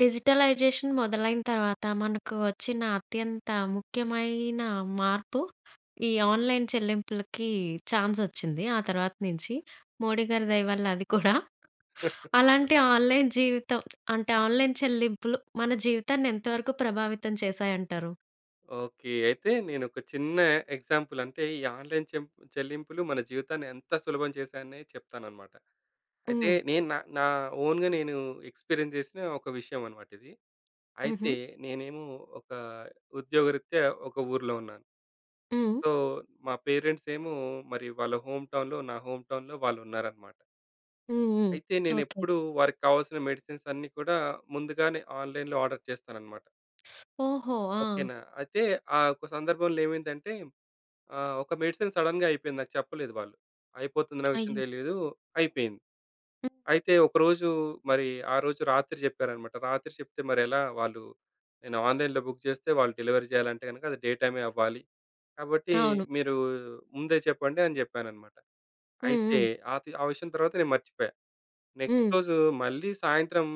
Digitalisation మొదలైన తర్వాత మనకు వచ్చిన అత్యంత ముఖ్యమైన మార్పు ఈ ఆన్‌లైన్ చెల్లింపులకి ఛాన్స్ వచ్చింది. ఆ తర్వాత నుంచి మోడీ గారి దయ వల్ల అది కూడా. అలాంటి ఆన్‌లైన్ జీవితం అంటే ఆన్‌లైన్ చెల్లింపులు మన జీవితాన్ని ఎంతవరకు ప్రభావితం చేశాయంటారు? ఓకే. అయితే నేనొక చిన్న ఎగ్జాంపుల్ అంటే ఈ ఆన్‌లైన్ చెల్లింపులు మన జీవితాన్ని ఎంత సులభం చేశాయని చెప్తాననమాట. అయితే హ్మ్. నేను నా నా ఓన్‌గా నేను ఎక్స్‌పీరియన్స్ చేసిన ఒక విషయం అనమాట ఇది. హుహు. అయితే నేనేమో ఒక ఉద్యోగరీత్యా ఒక ఊర్లో ఉన్నాను. హ్మ్. సో, మా పేరెంట్స్ ఏమో మరి వాళ్ళ హోమ్ టౌన్‌లో, నా హోమ్ టౌన్‌లో వాళ్ళున్నారనమాట. హ్మ్. హ్మ్. అయితే ఓకే. నేనెప్పుడూ వారికి కావాల్సిన మెడిసిన్స్ అన్నీ కూడా ముందుగానే ఆన్‌లైన్‌లో ఆర్డర్ చేస్తాననమాట. ఓహో! ఆ! ఓకేనా. అయితే ఆ ఒక సందర్భంలో ఏమైందంటే ఒక మెడిసిన్ సడెన్‌గా అయిపోయింది. నాకు చెప్పలేదు వాళ్ళు. అయిపోతుందన్న విషయం అయ్యో! తెలీదు. అయిపోయింది. హ్మ్. అయితే ఒకరోజు మరి ఆ రోజు రాత్రి చెప్పారన్నమాట. రాత్రి చెప్తే మరెలా వాళ్ళు, నేను ఆన్‌లైన్‌లో బుక్ చేస్తే వాళ్ళు డెలివరీ చేయాలంటే గనుక అది డే టైమే అవ్వాలి. కాబట్టి అవును. మీరు ముందే చెప్పండి అని చెప్పానన్నమాట. హ్మ్. అయితే హ్మ్. ఆ విషయం తర్వాత నేను మర్చిపోయా. నెక్స్ట్ హ్మ్. రోజు మళ్ళీ సాయంత్రం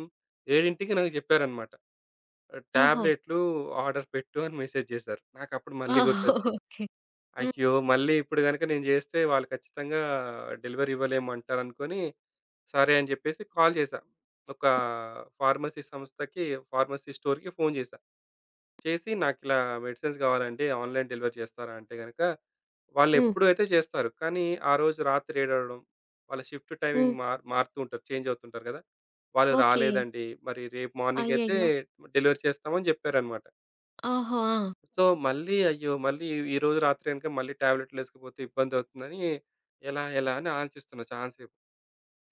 7కి నాకు చెప్పారన్నమాట. ఓహో! టాబ్లెట్లు ఆర్డర్ పెట్టు అని మెసేజ్ చేశారు. నాకప్పుడు మళ్ళీ ఓహో! గుర్తొచ్చింది. ఓకే. హ్మ్. అయ్యో! మళ్ళీ ఇప్పుడు గనుక నేను జేస్తే వాళ్ళు ఖచ్చితంగా డెలివరీ ఇవ్వలేమంటారనుకోని, సరే అని జెప్పేసి కాల్ చేశా. ఒక హ్మ్. ఫార్మసీ సంస్థకి, ఫార్మసీ స్టోర్‌కి ఫోను జేశా. చేసి నాకిలా మెడిసిన్స్ గావాలండి. ఆన్‌లైన్ డెలివరీ చేస్తారా అంటే గనక, హ్మ్. వాళ్ళెప్పుడు అయితే చేస్తారు. కానీ ఆ రోజు రాత్రి ఏడవడం, వాళ్ళ షిఫ్ట్ హ్మ్. టైమింగ్ మారుతూ ఉంటారు. చేంజ్ అవుతుంటారు గదా! వాళ్ళు ఓకే. రాలేదండి. మరి రేపు మార్నింగ్ అయితే అయ్యయ్యో! డెలివరీ చేస్తామని జెప్పారనమాట. ఓహో! ఆ! సో, మళ్ళీ అయ్యో! మళ్ళీ ఈరోజు రాత్రి గనుక మళ్ళీ టాబ్లెట్‌లేసుకోకపోతే ఇబ్బందవుతుందని ఎలా, ఎలా అని ఆలోచిస్తున్నా చాలాసేపు.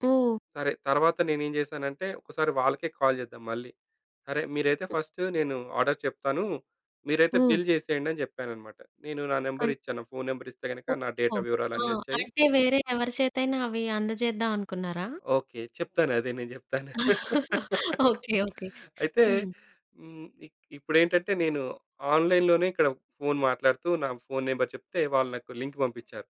హ్మ్. సరే తర్వాత నేనేం చేశానంటే, ఒకసారి వాళ్ళకే కాల్ చేద్దాం మళ్ళీ. సరే మీరైతే ఫస్ట్ నేను ఆర్డర్ చెప్తాను. మీరైతే హ్మ్. బిల్ చేసేయండి అని చెప్పాననమాట. నేను నా నంబర్ అన్ ఇచ్చాను. ఫోను నంబర్ ఇస్తే గనుక నా ఓహో! డేటా ఆ! వివరాలన్నీ వచ్చాయి. అంటే వేరే ఎవరి చేతైనా అవి అందజేద్దాం అనుకున్నారా? ఓకే. చెప్తాను, అదే నేను చెప్తాను. ఓకే. ఓకే. అయితే హ్మ్. హ్మ్. ఇ ఇప్పుడేంటంటే నేను ఆన్‌లైన్‌లోనే ఇక్కడ ఫోను మాట్లాడుతూ నా ఫోను నంబర్ చెప్తే వాళ్ళు నాకు లింక్ పంపించారు.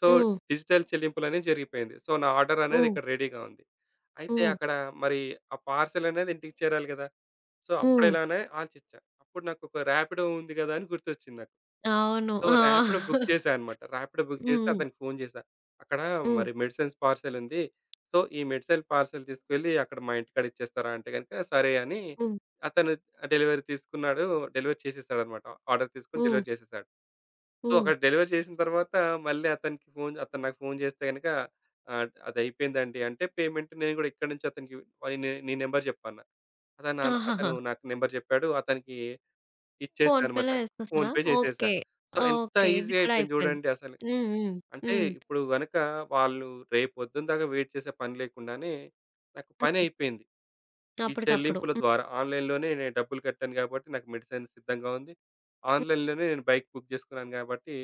సో, హ్మ్. డిజిటల్ చెల్లింపులనేది జరిగిపోయింది. సో, నా ఆర్డర్ అనేది హ్మ్. ఇక్కడ రెడీగా ఉంది. అయితే హ్మ్. అక్కడ మరి ఆ పార్సెల్ అనేది ఇంటికి చేరాలి గదా! సో, హ్మ్. అప్పుడెలానే ఆలోచిచ్చా. అప్పుడు నాకొక ర్యాపిడో ఉంది గదా అని గుర్తొచ్చింది నాకు. అవును. సో, ఆ! ర్యాపిడో బుక్ చేశా అనమాట. ర్యాపిడో బుక్ చేసి హ్మ్. అతనికి ఫోను చేశా. అక్కడ హ్మ్. మరి మెడిసిన్స్ పార్సెల్ ఉంది. సో, ఈ మెడిసిన్ పార్సెల్ తీసుకెళ్ళి అక్కడ మా ఇంటికాడ ఇచ్చేస్తారా అంటే గనుక సరే అని హ్మ్. అతను డెలివరీ తీసుకున్నాడు. డెలివరీ చేసేసాడనమాట. ఆర్డర్ తీసుకొని హ్మ్. డెలివరీ చేసేసాడు. సో, హ్మ్. అక్కడ డెలివరీ చేసిన తర్వాత మళ్ళీ అతనికి ఫోను, అతను నాకు ఫోను చేస్తే గనక "అదయిపోయిందండి" అంటే పేమెంట్ నేను గూడా ఇక్కడి నుంచి అతనికి వై నే నీ నంబర్ చెప్పన్నా. అతను నా ఆహాహా! అతను నాకు నంబర్ చెప్పాడు. అతనికి ఇచ్చేసా అనమాట. ఫోన్‌పే‌లో వేసేసారా? ఫోన్‌పే చేసేసా. ఓకే. సో, ఎంత ఓకే. ఇది ఈజీ కూడా అయిపోయింది అయిపోయింది. జూడండి అసలు. హ్మ్. హ్మ్. అంటే హ్మ్. ఇప్పుడు గనక వాళ్ళు రేపొద్దున దాకా వెయిట్ చేసే పని లేకుండానే నాకు హ్మ్. పనయిపోయింది. ఈ అప్పటికప్పుడు. చెల్లింపుల హ్మ్. ద్వారా ఆన్‌లైన్‌లోనే నేను డబ్బులు కట్టాను గాబట్టి, నాకు మెడిసిన్ సిద్ధంగా ఉంది. హ్మ్. ఆన్‌లైన్‌లోనే నేను బైక్ బుక్ జేసుకున్నాను గాబట్టి,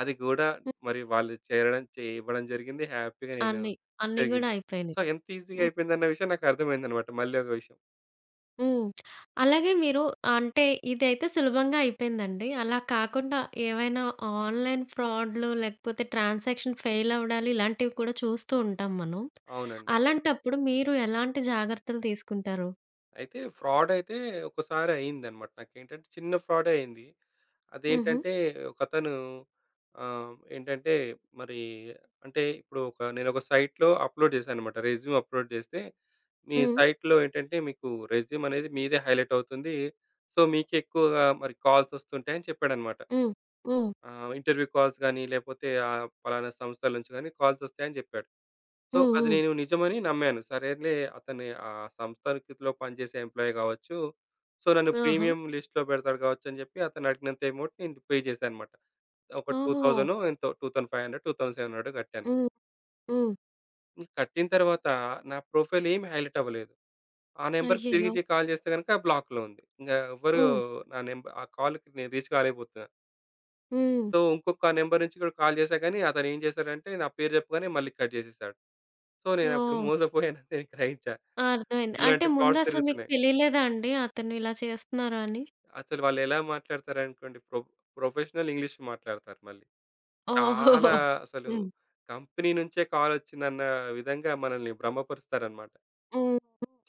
అది గూడా హ్మ్. మరి వాళ్ళు చేరడం చే ఇవ్వడం జరిగింది. హ్యాపీగా నేను అన్నీ. అన్నీ గూడా జరిగింది. సో, అయిపోయినాయి. ఎంత ఈజీగా అయిపోయిందన్న విషయం నాకర్థమైందనమాట. మళ్ళీ ఒక విషయం. హ్మ్. అలాగే మీరు అంటే ఇదైతే సులభంగా అయిపోయిందండి. అలా కాకుండా ఏవైనా ఆన్‌లైన్ ఫ్రాడ్‌లు లేకపోతే ట్రాన్సాక్షన్ ఫెయిల్ అవ్వడాలు ఇలాంటివి కూడా చూస్తూ ఉంటాం మనం. అవునండి. అలాంటప్పుడు మీరు ఎలాంటి జాగ్రత్తలు తీసుకుంటారు? అయితే ఫ్రాడయితే ఒక్కసారి అయిందనమాట. నాకేంటంటే చిన్న ఫ్రాడే అయింది. హుహు. అదేంటంటే ఒకతను ఏంటంటే మరి అంటే ఇప్పుడు నేనొక సైట్‌లో అప్‌లోడ్ చేశాననమాట. రెజ్యూమ్ అప్‌లోడ్ చేస్తే, మీ హ్మ్. సైట్‌లో ఏంటంటే మీకు రెజ్యూమ్ అనేది మీదే హైలైట్ అవుతుంది. సో, మీకే ఎక్కువగా మరి కాల్స్ వస్తుంటాయని చెప్పాడనమాట. హ్మ్. హ్మ్. ఇంటర్వ్యూ కాల్స్ గాని, లేకపోతే పలానా సంస్థల నుంచి గాని కాల్స్ వస్తాయని చెప్పాడు. సో, హ్మ్. అది హ్మ్. నేను నిజమని నమ్మాను. సరేలే, అతని ఆ సంస్థకిలో పనిచేసే ఎంప్లాయీ కావచ్చు. సో, నన్ను ఆహా! ప్రీమియం లిస్ట్‌లో పెడతాడు కావచ్చు అని చెప్పి అతను అడిగినంత అమౌంట్ నేను పే చేశానన్నమాట. ఒక ఓహో! 2000 ఎంతో 2500, 2700 కట్టాను. హ్మ్. హ్మ్. ఇంక కట్టిన తర్వాత నా ప్రొఫైల్ ఏమి హైలైట్ అవ్వలేదు. ఆ నంబర్‌కి అయ్యయ్యో! తిరిగి కాల్ చేస్తే గనుక బ్లాక్‌లో ఉంది. ఇంగా ఎవ్వరు హ్మ్. నా నంబ ఆ కాల్‌కి నేను రీచ్ కాలేకపోతున్నా. హ్మ్. సో, ఇంకొక నంబర్ నుంచి కూడా కాల్ చేశా గానీ అతను ఏం చేశాడంటే నా పేరు చెప్పగానే మళ్ళీ కట్ చేసేసాడు. సో, నేనప్పుడు ఓహ్! మోసపోయానని నేను గ్రహించా. ఆ! అర్థమైంది. అంటే ఇలాంటి ఫ్రాడ్స్ ముందసలు మీకు జరుగుతున్నాయి. తెలియలేదా అండి అతను ఇలా చేస్తున్నారు అని? అసలు వాళ్ళెలా మాట్లాడతారనుకోండి, ప్రొఫెషనల్ ఇంగ్లీష్ మాట్లాడతారు మళ్ళీ. ఓహో! చాలా అసలు హ్మ్. కంపెనీ నుంచే కాలొచ్చిందన్న విధంగా మనల్ని భ్రమపరుస్తారనమాట. హ్మ్.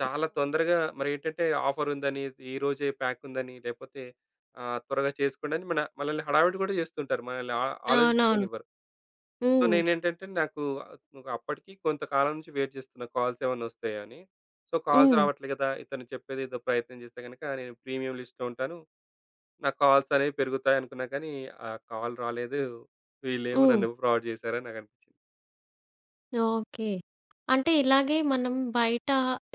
చాలా హ్మ్. తొందరగా మరేంటంటే ఆఫరుందని, ఈ రోజే ప్యాకుందని, లేపోతే త్వరగా చేసుకోండి అని మనల్ని హడావిడి కూడా చేస్తుంటారు. మనల్ని అవునవును. ఆలోచించుకోనివ్వరు. సో, హ్మ్. నేనేంటంటే నాకు నువ్వు అప్పటికి కొంతకాలం నుంచి వెయిట్ చేస్తున్నా కాల్సేమన్నా వస్తాయా అని. సో, కాల్స్ హ్మ్. రావట్లే కదా! ఇతను చెప్పేదేదో ప్రయత్నం చేస్తే గనక నేను ప్రీమియం లిస్ట్‌లో ఉంటాను. నా కాల్స్ అనేవి పెరుగుతాయనుకున్నా కానీ, ఆ కాల్ రాలేదు. వీళ్ళేమో హ్మ్. నన్ను ఫ్రాడ్ చేశారని నాకనిపించింది. ఓకే. అంటే ఇలాగే మనం బయట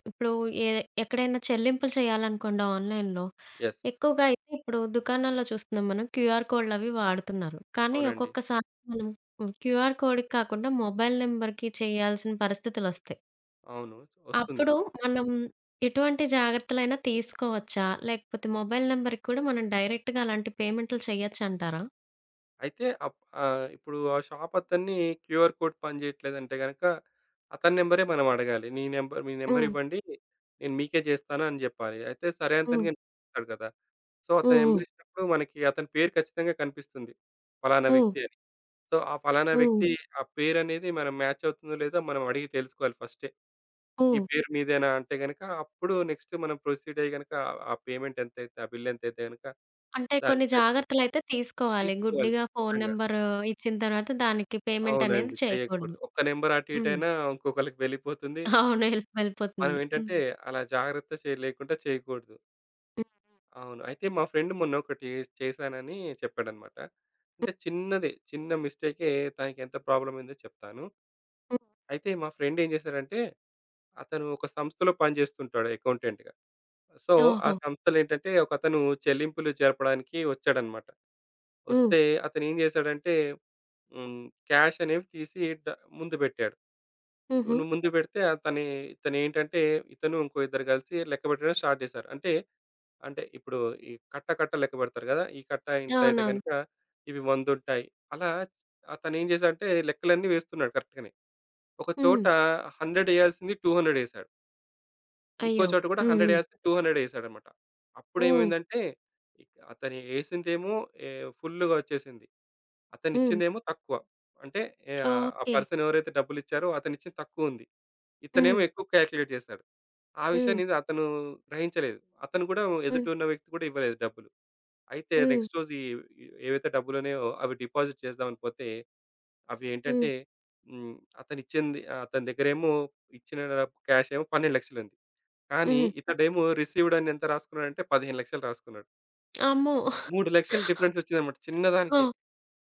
ఇప్పుడు ఏ ఎక్కడైనా చెల్లింపులు చేయాలనుకోండి ఆన్‌లైన్‌లో, యెస్. ఎక్కువగా అయితే ఇప్పుడు దుకాణాల్లో చూస్తున్నాం మనం క్యూఆర్ కోడ్‌లవి వాడుతున్నారు. కానీ అవునండి. ఒక్కొక్కసారి మనం హ్మ్, క్యూఆర్ కోడ్‌కి కాకుండా మొబైల్ నంబర్‌కి చేయాల్సిన పరిస్థితులొస్తాయి. అవును. వస్తుంది. అప్పుడు మనం ఎటువంటి జాగ్రత్తలైనా తీసుకోవచ్చా? లేకపోతే మొబైల్ నంబర్‌కి కూడా మనం డైరెక్ట్‌గా అలాంటి పేమెంట్‌లు చేయొచ్చంటారా? అయితే అప్ ఇప్పుడు ఆ షాప్ అతన్ని క్యూఆర్ కోడ్ పనిచేయట్లేదంటే గనక, అతని నంబరే మనం అడగాలి. నీ నంబర్ మీ నంబర్ హ్మ్. ఇవ్వండి. నేను మీకే చేస్తాను అని జెప్పాలి. అయితే సరే హ్మ్. అతనికి ఇస్తాడు కదా! సో, హ్మ్. అతని హ్మ్. నంబర్ ఇచ్చినప్పుడు మనకి అతని పేరు ఖచ్చితంగా కనిపిస్తుంది. ఫలానా హ్మ్. వ్యక్తి అని. సో, ఆ ఫలానా హ్మ్. వ్యక్తి ఆ పేరనేది మనం మ్యాచ్ అవుతుందో లేదో మనం అడిగి తెలుసుకోవాలి ఫస్టే. ఈ ఓహ్! పేరు మీదేనా అంటే గనక అప్పుడు నెక్స్ట్ మనం ప్రొసీడ్ అయ్యి గనక ఆ పేమెంట్ ఎంతైతే, ఆ బిల్ ఎంతైతే గనక అంటే దాన్ని కొన్ని జాగ్రత్తలైతే తీసుకోవాలి. తీసుకోవాలి గుడ్డిగా ఫోను ఖచ్చితంగా. నంబరు ఇచ్చిన తర్వాత దానికి పేమెంట్ అనేది అవునండి. చేయకూడదు. చేయకూడదు. ఒక్క నంబర్ అటు హ్మ్. ఇటైనా ఇంకొకళ్ళకి వెళ్ళిపోతుంది. అవును. ఎల్ మనం వెళ్ళిపోతుంది. ఏంటంటే హ్మ్. అలా జాగ్రత్త చే లేకుండా చేయకూడదు. హ్మ్. అవును. అయితే మా ఫ్రెండ్ మొన్న ఒకటి చేశానని చెప్పాడన్నమాట. అంటే హ్మ్. చిన్నదే. చిన్న మిస్టేకే. తనకి ఎంత ప్రాబ్లమ్ అయిందో చెప్తాను. హ్మ్. అయితే మా ఫ్రెండ్ ఏం చేశాడంటే, అతను ఒక సంస్థలో పనిచేస్తుంటాడు అకౌంటెంట్‌గా. సో, ఆ ఓహో! సంస్థలేంటంటే ఒకతను చెల్లింపులు జరపడానికి వచ్చాడన్నమాట. హ్మ్. వస్తే అతనేం జేశాడంటే హ్మ్. క్యాష్ అనేవి తీసి ముందు బెట్టాడు. హుహు. నువ్వు ముందు బెడితే అతని ఇతనేంటంటే ఇతను ఇంకో ఇద్దరు గలిసి లెక్క బెట్టడం స్టార్ట్ జేశారు. అంటే, అంటే ఇప్పుడు ఈ కట్ట, కట్ట లెక్క బెడతారు గదా! ఈ కట్ట ఇంతయితే అవునవును. గనక ఇవి 100 ఉంటాయి. అలా అతనేం జేశాడంటే లెక్కలన్నీ వేస్తున్నాడు కరెక్ట్‌గానే. ఒక హ్మ్. చోట 100 ఎయాల్సింది 200 ఎసాడు. ఇంకో అయ్యో! చోట కూడా హ్మ్. 100 హ్మ్. ఏయాల్సింది 200 ఏసాడన్నమాట. హ్మ్. అప్పుడేమైందంటే, ఇక అతను ఏసిందేమో ఫుల్లుగా వచ్చేసింది. హ్మ్. అతనిచ్చిందేమో తక్కువ. అంటే ఆ ఓకే. పర్సన్ ఎవరైతే డబ్బులిచ్చారో అతనిచ్చింది తక్కువుంది. ఇతనేమో హ్మ్. ఎక్కువ కాలిక్యులేట్ చేశాడు. ఆ హ్మ్. విషయాన్ని ఇది అతను గ్రహించలేదు. అతను కూడా, ఎదుట హ్మ్. ఉన్న వ్యక్తి కూడా ఇవ్వలేదు డబ్బులు. అయితే హ్మ్. నెక్స్ట్ రోజు ఈ ఈ- ఏవైతే డబ్బులున్నాయో అవి డిపాజిట్ చేద్దామని పోతే, అవి ఏంటంటే హ్మ్. హ్మ్. అతనిచ్చింది అతని దగ్గరేమో ఇచ్చిన క్యాష్ ఏమో 12,00,000 ఉంది. కానీ హ్మ్. ఇతడేమో రిసీవ్డ్ అని ఎంత రాసుకున్నాడంటే 15,00,000 రాసుకున్నాడు. అమ్మో! 3,00,000 డిఫరెన్స్ వచ్చిందన్నమాట ఆ! చిన్నదానికే.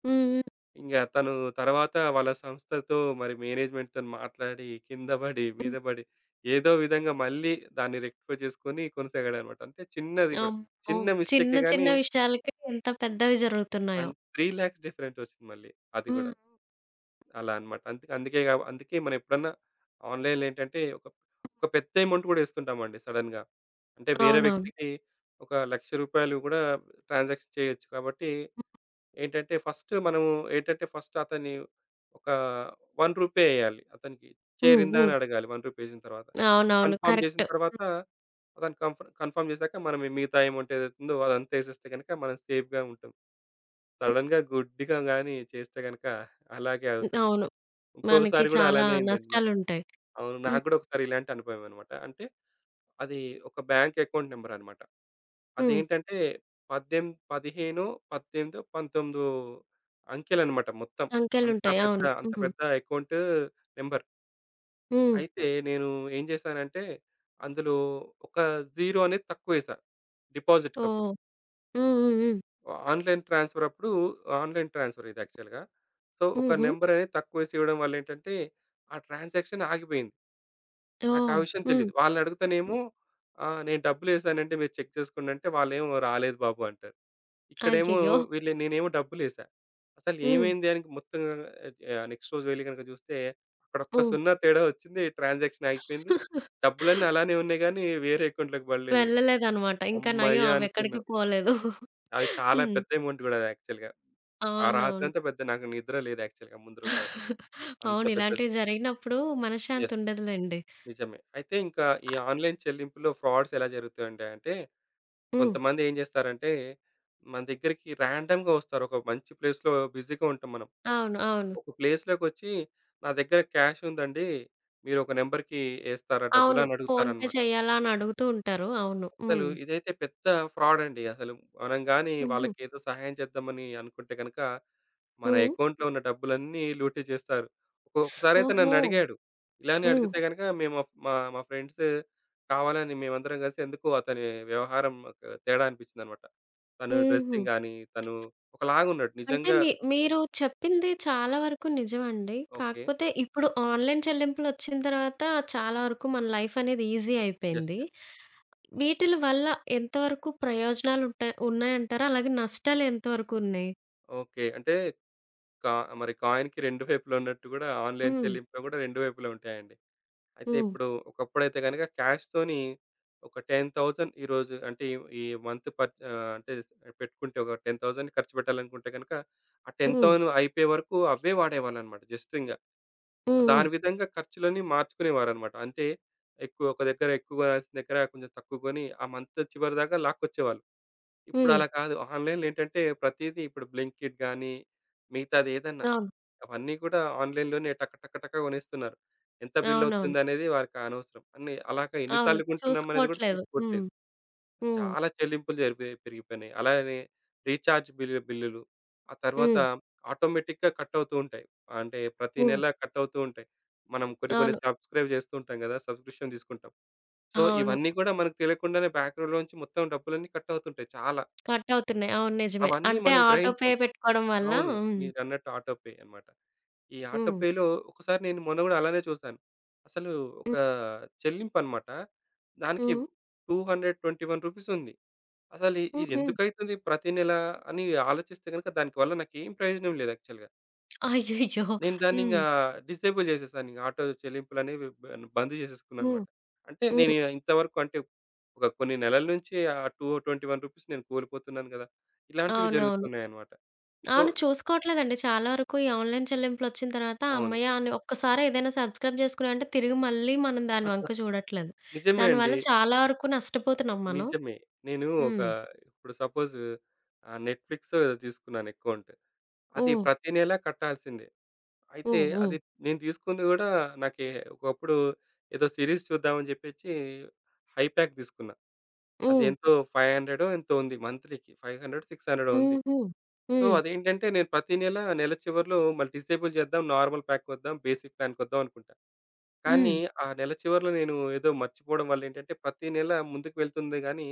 హ్మ్. హ్మ్. ఇంగ తను తర్వాత వాళ్ళ సంస్థతో మరి మేనేజ్మెంట్‌తోని మాట్లాడి, కింద పడి, మీద హ్మ్. పడి ఏదో విధంగా మళ్ళీ దాన్ని రెక్టిఫై చేసుకొని కొనసాగాడన్నమాట. అంటే చిన్నది కూడా, అమ్మో! చిన్న చిన్న మిస్టేకే చిన్న గాని విషయాలకి ఎంత పెద్దవి జరుగుతున్నాయో. అండ్ 3,00,000 డిఫరెంట్ వచ్చింది మళ్ళీ అది కూడా. హ్మ్. అలా అన్నమాట. అందుకే అందుకే గా అందుకే మనం ఎప్పుడన్నా ఆన్‌లైన్‌లో ఏంటంటే ఒక ఒక పెద్ద అమౌంట్ కూడా ఏస్తుంటామండి సడెన్‌గా. అంటే వేరే అవునవును. వ్యక్తికి ఒక రూ. 1,00,000 కూడా ట్రాన్సాక్షన్ చేయొచ్చు. కాబట్టి ఏంటంటే ఫస్ట్ మనము ఏంటంటే ఫస్ట్ అతని ఒక రూ. 1 ఎయ్యాలి. అతనికి హ్మ్. చేరిందా హ్మ్. అని అడగాలి. రూ. 1 ఏసిన తర్వాత. అవునవును. కన్ఫర్మ్ చేసిన కరెక్ట్. తర్వాత, అతను కన్ఫర్మ్ చేసాక మనం ఈ మిగతా అమౌంట్ ఏదైతుందో అదంతా ఏసేస్తే గనుక మనం సేఫ్‌గా ఉంటాం. హ్మ్. సడెన్‌గా గుడ్డిగా గాని చేస్తే గనుక అలాగే అవుతుంది. అవును. మనకి ఇంకొకసారి గూడా చాలా అలానే అయిందండి. నా, నష్టాలుంటాయి. అవును, నాకు హ్మ్. గూడా ఒకసారి ఇలాంటి అనుభవం అనమాట. అంటే అది ఒక బ్యాంక్ అకౌంట్ నంబర్ అనమాట. హ్మ్. అదేంటంటే 18, 15, 18, 19 అంకెలనమాట మొత్తం. సంఖ్యలుంటాయి. అవును. అంత హ్మ్. పెద్ద అకౌంట్ నంబర్. హ్మ్. అయితే నేను ఏం జేశానంటే అందులో ఒక జీరో అనేది తక్కువేశా డిపాజిట్‌కప్పుడు. ఓహ్! హ్మ్. హ్మ్. హ్మ్. ఆన్‌లైన్ ట్రాన్స్‌ఫర్ అప్పుడు ఆన్‌లైన్ ట్రాన్స్‌ఫర్ ఇది యాక్చువల్‌గా. సో, ఒక హుహు. నంబర్ అనేది తక్కువేసి ఇవ్వడం వల్ల ఏంటంటే, ఆ ట్రాన్సాక్షన్ ఆగిపోయింది. నాకు ఆ ఓహ్! విషయం హ్మ్. తెలీదు. వాళ్ళనడుగుతానేమో నేను డబ్బులేసానండి మీరు చెక్ చేసుకోండి అంటే వాళ్ళేమో రాలేదు బాబు అంటారు. ఇక్కడేమో అయ్యయ్యో! వీళ్ళు, నేనేమో డబ్బులేసా. అసలు హ్మ్. ఏమైంది అని మొత్తం నెక్స్ట్ రోజు వెళ్లి గనుక చూస్తే అక్కడ ఒక్క హ్మ్. సున్నా తేడా వచ్చింది. ట్రాన్సాక్షన్ ఆగిపోయింది. డబ్బులన్నీ అలానే ఉన్నాయి గానీ వేరే అకౌంట్‌లోకి పడలేదు. వెళ్ళలేదనమాట. ఇంకా నయం హమ్మయ్య! అవెక్కడికి అనుకున్నాం. పోలేదు. అది చాలా హ్మ్. పెద్ద అమౌంట్ గూడా అది యాక్చువల్‌గా. ఆ అవునవును. రాత్రంతా పెద్ద నాకు నిద్ర లేదు యాక్చువల్‌గా ముందు రోజు రాత్రి. అంత అవును. పెద్దది. ఇలాంటివి జరిగినప్పుడు మనశ్శాంతి యెస్. ఉండదులెండి. నిజమే. అయితే ఇంకా ఈ ఆహ్, ఆన్‌లైన్ చెల్లింపులో ఫ్రాడ్స్ ఎలా జరుగుతాయండి అంటే, హ్మ్. కొంతమంది ఏం చేస్తారంటే, మన దగ్గరికి ర్యాండమ్‌గా వస్తారు. ఒక మంచి ప్లేస్‌లో బిజీగా ఉంటాం మనం. అవును. అవును. ఒక ప్లేస్‌లోకొచ్చి, "నా దగ్గర క్యాష్ ఉందండి. మీరు ఒక నంబర్‌కి ఏస్తారా డబ్బులు" అవును. అని ఫోన్‌పే అడుగుతారనమాట. చేయాలా అని అడుగుతూ ఉంటారు. అవును. అసలు హ్మ్. ఇదైతే పెద్ద ఫ్రాడండి. అసలు మనం గాని హుహు. వాళ్ళకేదో సహాయం చేద్దామని అనుకుంటే గనక, మన హ్మ్. అకౌంట్‌లో ఉన్న డబ్బులన్నీ లూటీ చేస్తారు. ఒకసారైతే ఓహో! నన్నడిగాడు. ఇలానే హ్మ్. అడిగితే గనక మేము అప్- మా మా ఫ్రెండ్స్ కావాలని మేమందరం కలిసి ఎందుకో అతని వ్యవహారం ఒక తేడా అనిపించిందనమాట. తను హుహు. డ్రెస్సింగ్ గాని, తను ఒకలాగున్నాడు అంటే నిజంగా. మీరు చెప్పింది చాలా వరకు నిజమండి. ఓకే. కాకపోతే ఇప్పుడు ఆన్‌లైన్ చెల్లింపులొచ్చిన తర్వాత చాలా వరకు మన లైఫ్ అనేది ఈజీ యెస్. అయిపోయింది. యెస్. వీటిల వల్ల ఎంతవరకు ఉన్నాయంటారా? అలాగే నష్టాలు ఎంతవరకు ఉన్నాయి? ఓకే. అంటే కా మరి కాయిన్‌కి 2 వైపులా ఉన్నట్టు గూడా ఆన్‌లైన్ హ్మ్. చెల్లింపులో గూడా 2 వైపులా ఉంటాయండి. అయితే హ్మ్. ఇప్పుడు ఒకప్పుడైతే గనుక క్యాష్‌తోని ఒక 10,000 ఈరోజు అంటే ఈ ఈ మంత్ పర్చ్ ఆహ్, అంటే స్- పెట్టుకుంటే ఒక 10,000 ఖర్చు పెట్టాలనుకుంటే గనుక ఆ హ్మ్. 10,000 అయిపోయే వరకు అవే వాడేవాళ్ళనమాట జస్ట్ ఇంగ. హ్మ్. హ్మ్. దాని విధంగా ఖర్చులని మార్చుకునేవారనమాట. అంటే ఒక దగ్గర ఎక్కువ కొనాల్సిన దగ్గర కొంచెం తక్కువ కొని ఆ మంత్ చివరిదాకా లాక్కొచ్చేవాళ్ళు. ఇప్పుడు హ్మ్. అలా కాదు. ఆన్‌లైన్‌లో ఏంటంటే ప్రతీదీ ఇప్పుడు బ్లింకిట్ గాని మిగతాది ఏదన్నా అవును. అవన్నీ కూడా ఆన్‌లైన్‌లోనే టక టక టక కొనేస్తున్నారు. ఎంత బిల్ అవునవును. అవుతుందనేది వాళ్ళకి అనవసరం. అన్ని అలాగా ఎన్ని అవును. సార్లు కొంటున్నాం అనేది కూడా చూసుకోవట్లేదు. హ్మ్. చూసుకోవట్లేదు. హ్మ్. చాలా చెల్లింపులు జరిపి పెరిగిపోయినాయి. అలానే రీచార్జ్ బిల్లులు, ఆ తర్వాత హ్మ్. ఆటోమేటిక్‌గా కట్ అవుతూ ఉంటాయి. అంటే ప్రతి హ్మ్. నెల కట్ అవుతూ ఉంటాయి. మనం కొన్ని కొన్ని అవును. సబ్‌స్క్రైబ్ చేస్తూ ఉంటాం కదా! సబ్‌స్క్రిప్షన్ తీసుకుంటాం. సో, అవును. ఇవన్నీ కూడా మనకు తెలియకుండానే బ్యాక్‌గ్రౌండ్‌లోంచి మొత్తం డబ్బులన్నీ కట్ అవుతుంటాయి చాలా. కట్ అవుతున్నాయి. అవును. నిజమే. అవన్నీ అంటే మనం ఆటో పే గ్రహించం. పెట్టుకోవడం వల్ల అవును. హ్మ్. మీరన్నట్టు ఆటోపే అన్నమాట. ఈ ఆటో హ్మ్. పేలో ఒకసారి నేను మొన్న గూడా అలానే చూసాను. అసలు ఒక హ్మ్. చెల్లింపనమాట. దానికి హ్మ్. రూ. 221 ఉంది. అసలు ఇది హుహు. ఎందుకైతుంది ప్రతి నెల అని ఆలోచిస్తే గనుక దానికి వల్ల నాకేం ప్రయోజనం లేదు యాక్చువల్‌గా. అయ్యయ్యో! నేను హ్మ్. దాన్నింగా డిసేబుల్ చేసేసాను. ఇంగ ఆటో చెల్లింపులనేవి బంద్ హ్మ్. చేసేసుకున్నాననమాట. అంటే నేను హ్మ్. ఇంతవరకు అంటే ఒక కొన్ని నెలల నుంచి ఆ రూ. 221 నేను కోల్పోతున్నాను గదా! ఇలాంటివి అవునవును. జరుగుతున్నాయనమాట. సో, అవును. చూసుకోవట్లేదండి. చాలా వరకు ఈ ఆన్‌లైన్ చెల్లింపులొచ్చిన తర్వాత అవును. హమ్మయ్య! అని ఒక్కసారి ఏదైనా సబ్‌స్క్రైబ్ చేసుకున్నామంటే తిరిగి మళ్ళీ మనం దాని వంక చూడట్లేదు. నిజమే దానివల్ల అండి. చాలా వరకు నష్టపోతున్నాం మనం. నిజమే. నేను ఒక హ్మ్. ఇప్పుడు సపోజ్ నెట్‌ఫ్లిక్సో ఏదో తీసుకున్నాను అకౌంట్. అది హ్మ్. ప్రతి నెల కట్టాల్సిందే. అయితే హ్మ్. హ్మ్. అది నేను తీసుకుంది గూడా నాకే ఒకప్పుడు ఏదో సిరీస్ చూద్దామని జెప్పేసి హై ప్యాక్ తీసుకున్నా. హ్మ్. అదెంతో 500 ఎంతో ఉంది, మంత్‌లీకి 500, 600 ఉంది. హుహు. సో, హ్మ్. అదేంటంటే నేను ప్రతి నెల, నెల చివరిలో మళ్ళీ డిసేబుల్ చేద్దాం, నార్మల్ ప్యాక్‌కొద్దాం, బేసిక్ ప్లాన్‌కొద్దాం అనుకుంటా. కానీ హ్మ్. ఆ నెల చివరిలో నేను ఏదో మర్చిపోవడం వల్ల ఏంటంటే, ప్రతి నెల ముందుకు వెళ్తుంది గానీ,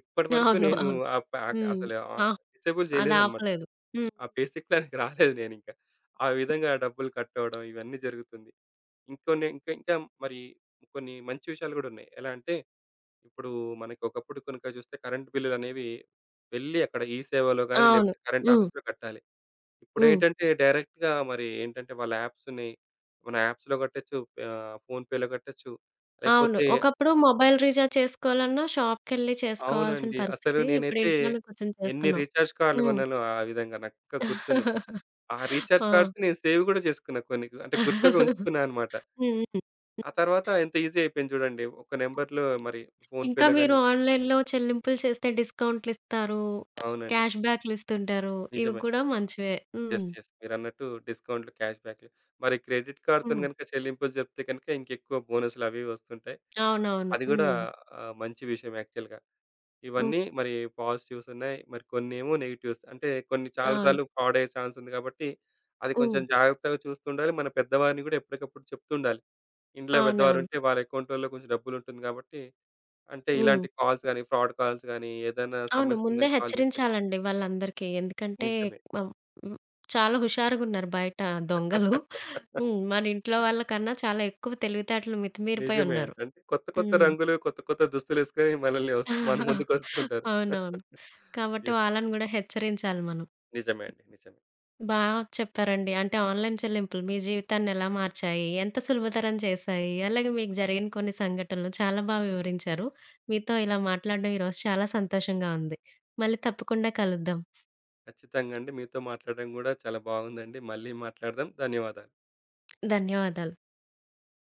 ఇప్పటివరకు అవును. నేను అవును. ఆ ప్యాక్ హ్మ్. అసలు ఆ! డిసేబుల్ అది చేయలేదనమాట. ఆపలేదు. హ్మ్. ఆ బేసిక్ ప్లాన్‌కి రాలేదు నేనింక. ఆ విధంగా డబ్బులు కట్ అవ్వడం ఇవన్నీ జరుగుతుంది. ఇంకొన్ని ఇంకా ఇంకా మరి కొన్ని మంచి విషయాలు గూడా ఉన్నాయి. ఎలా అంటే, ఇప్పుడు మనకి ఒకప్పుడు కనుక చూస్తే కరెంట్ బిల్లులనేవి వెళ్ళి అక్కడ ఈ సేవలో గాని, అవును. లేకపోతే కరెంట్ హ్మ్. ఆఫీస్‌లో కట్టాలి. హ్మ్. ఇప్పుడేంటంటే డైరెక్ట్‌గా మరి ఏంటంటే వాళ్ళ యాప్స్ ఉన్నాయి. మన యాప్స్‌లో కట్టొచ్చు. ఫోన్‌పేలో కట్టొచ్చు. అవును. లేకపోతే ఒకప్పుడు మొబైల్ రీచార్జ్ చేసుకోవాలన్నా షాప్‌కెళ్ళి చేసుకోవాల్సిన అవునండి. అసలు పరిస్థితి. ఇప్పుడు నేనైతే ఇంట్లోనే కూర్చొని ఎన్ని చేస్తున్నాం. రీచార్జ్ కార్డ్‌లు హ్మ్. కొన్నానో ఆ విధంగా నాకు ఇంకా గుర్తున్నాయి. ఆ రీచార్జ్ ఆ! కార్డ్స్ నేను సేవ్ కూడా చేసుకున్నా కొన్ని. అంటే గుర్తుగా ఉంచుకున్నా అన్నమాట. హ్మ్. హ్మ్. ఆ హ్మ్. తర్వాత ఎంత ఈజీ అయిపోయింది చూడండి. ఒక నంబర్‌లో మరి ఇంకా ఫోన్‌పేలో మీరు గాని, ఆన్‌లైన్‌లో చెల్లింపులు చేస్తే డిస్కౌంట్‌లిస్తారు. అవునండి. క్యాష్ బ్యాక్‌లిస్తుంటారు. ఇవి నిజమే. కూడా మంచివే. హ్మ్. యెస్. యెస్. మీరన్నట్టు డిస్కౌంట్‌లు, క్యాష్ బ్యాక్‌లు. మరి క్రెడిట్ కార్డ్‌తోని హ్మ్. గనుక చెల్లింపులు జరిపితే గనుక ఇంకెక్కువ బోనస్‌లు అవి ఇవి వస్తుంటాయి. అవునవును. అది గూడా హ్మ్. మంచి విషయం యాక్చువల్‌గా. హ్మ్. ఇవన్నీ మరి పాజిటివ్స్ ఉన్నాయి. మరి కొన్నేమో నెగెటివ్స్. అంటే కొన్ని చాలా అవును. సార్లు ఫ్రాడ్ అయ్యే ఛాన్స్ ఉంది కాబట్టి, అది కొంచెం హ్మ్. జాగ్రత్తగా చూస్తుండాలి. మన పెద్దవారిని గూడా ఎప్పటికప్పుడు చెప్తుండాలి. ఇంట్లో అవునవును. పెద్దవారుంటే వాళ్ళ అకౌంట్‌లలో కొంచెం డబ్బులుంటుంది గాబట్టి, అంటే హ్మ్. ఇలాంటి కాల్స్ గానీ, ఫ్రాడ్ కాల్స్ గానీ, ఏదైనా అవును. సమస్య ముందే ఉందని కాల్ చేస్తే హెచ్చరించాలండి వాళ్ళందరికీ. ఎందుకంటే నిజమే. ఆహ్, హ్మ్. చాలా హుషారుగున్నారు బయట దొంగలు. హ్మ్. మన ఇంట్లో వాళ్ళకన్నా చాలా ఎక్కువ తెలివితేటలు మితిమీరిపోయి నిజమే అండి. ఉన్నారు. అంటే కొత్త కొత్త హ్మ్. రంగులు, కొత్త కొత్త దుస్తులేసుకొని మనల్ని మన ముందుకొస్తూ ఉంటారు. అవునవును. కాబట్టి యెస్. వాళ్ళని గూడా హెచ్చరించాలి మనం. నిజమే అండి. నిజమే. బా చెప్పారండి. అంటే ఆన్‌లైన్ చెల్లింపులు మీ జీవితాన్ని ఎలా మార్చాయి? ఎంత సులభతరం చేశాయి? అలాగే మీకు జరిగిన కొన్ని సంఘటనలు చాలా వివరించారు. మీతో ఇలా మాట్లాడడం ఈరోజు చాలా సంతోషంగా ఉంది. మళ్ళీ తప్పకుండా కలుద్దాం. ఖచ్చితంగా అండి. మీతో మాట్లాడడం గూడా చాలా బాగుందండి. మళ్ళీ మాట్లాడదాం. ధన్యవాదాలు. ధన్యవాదాలు.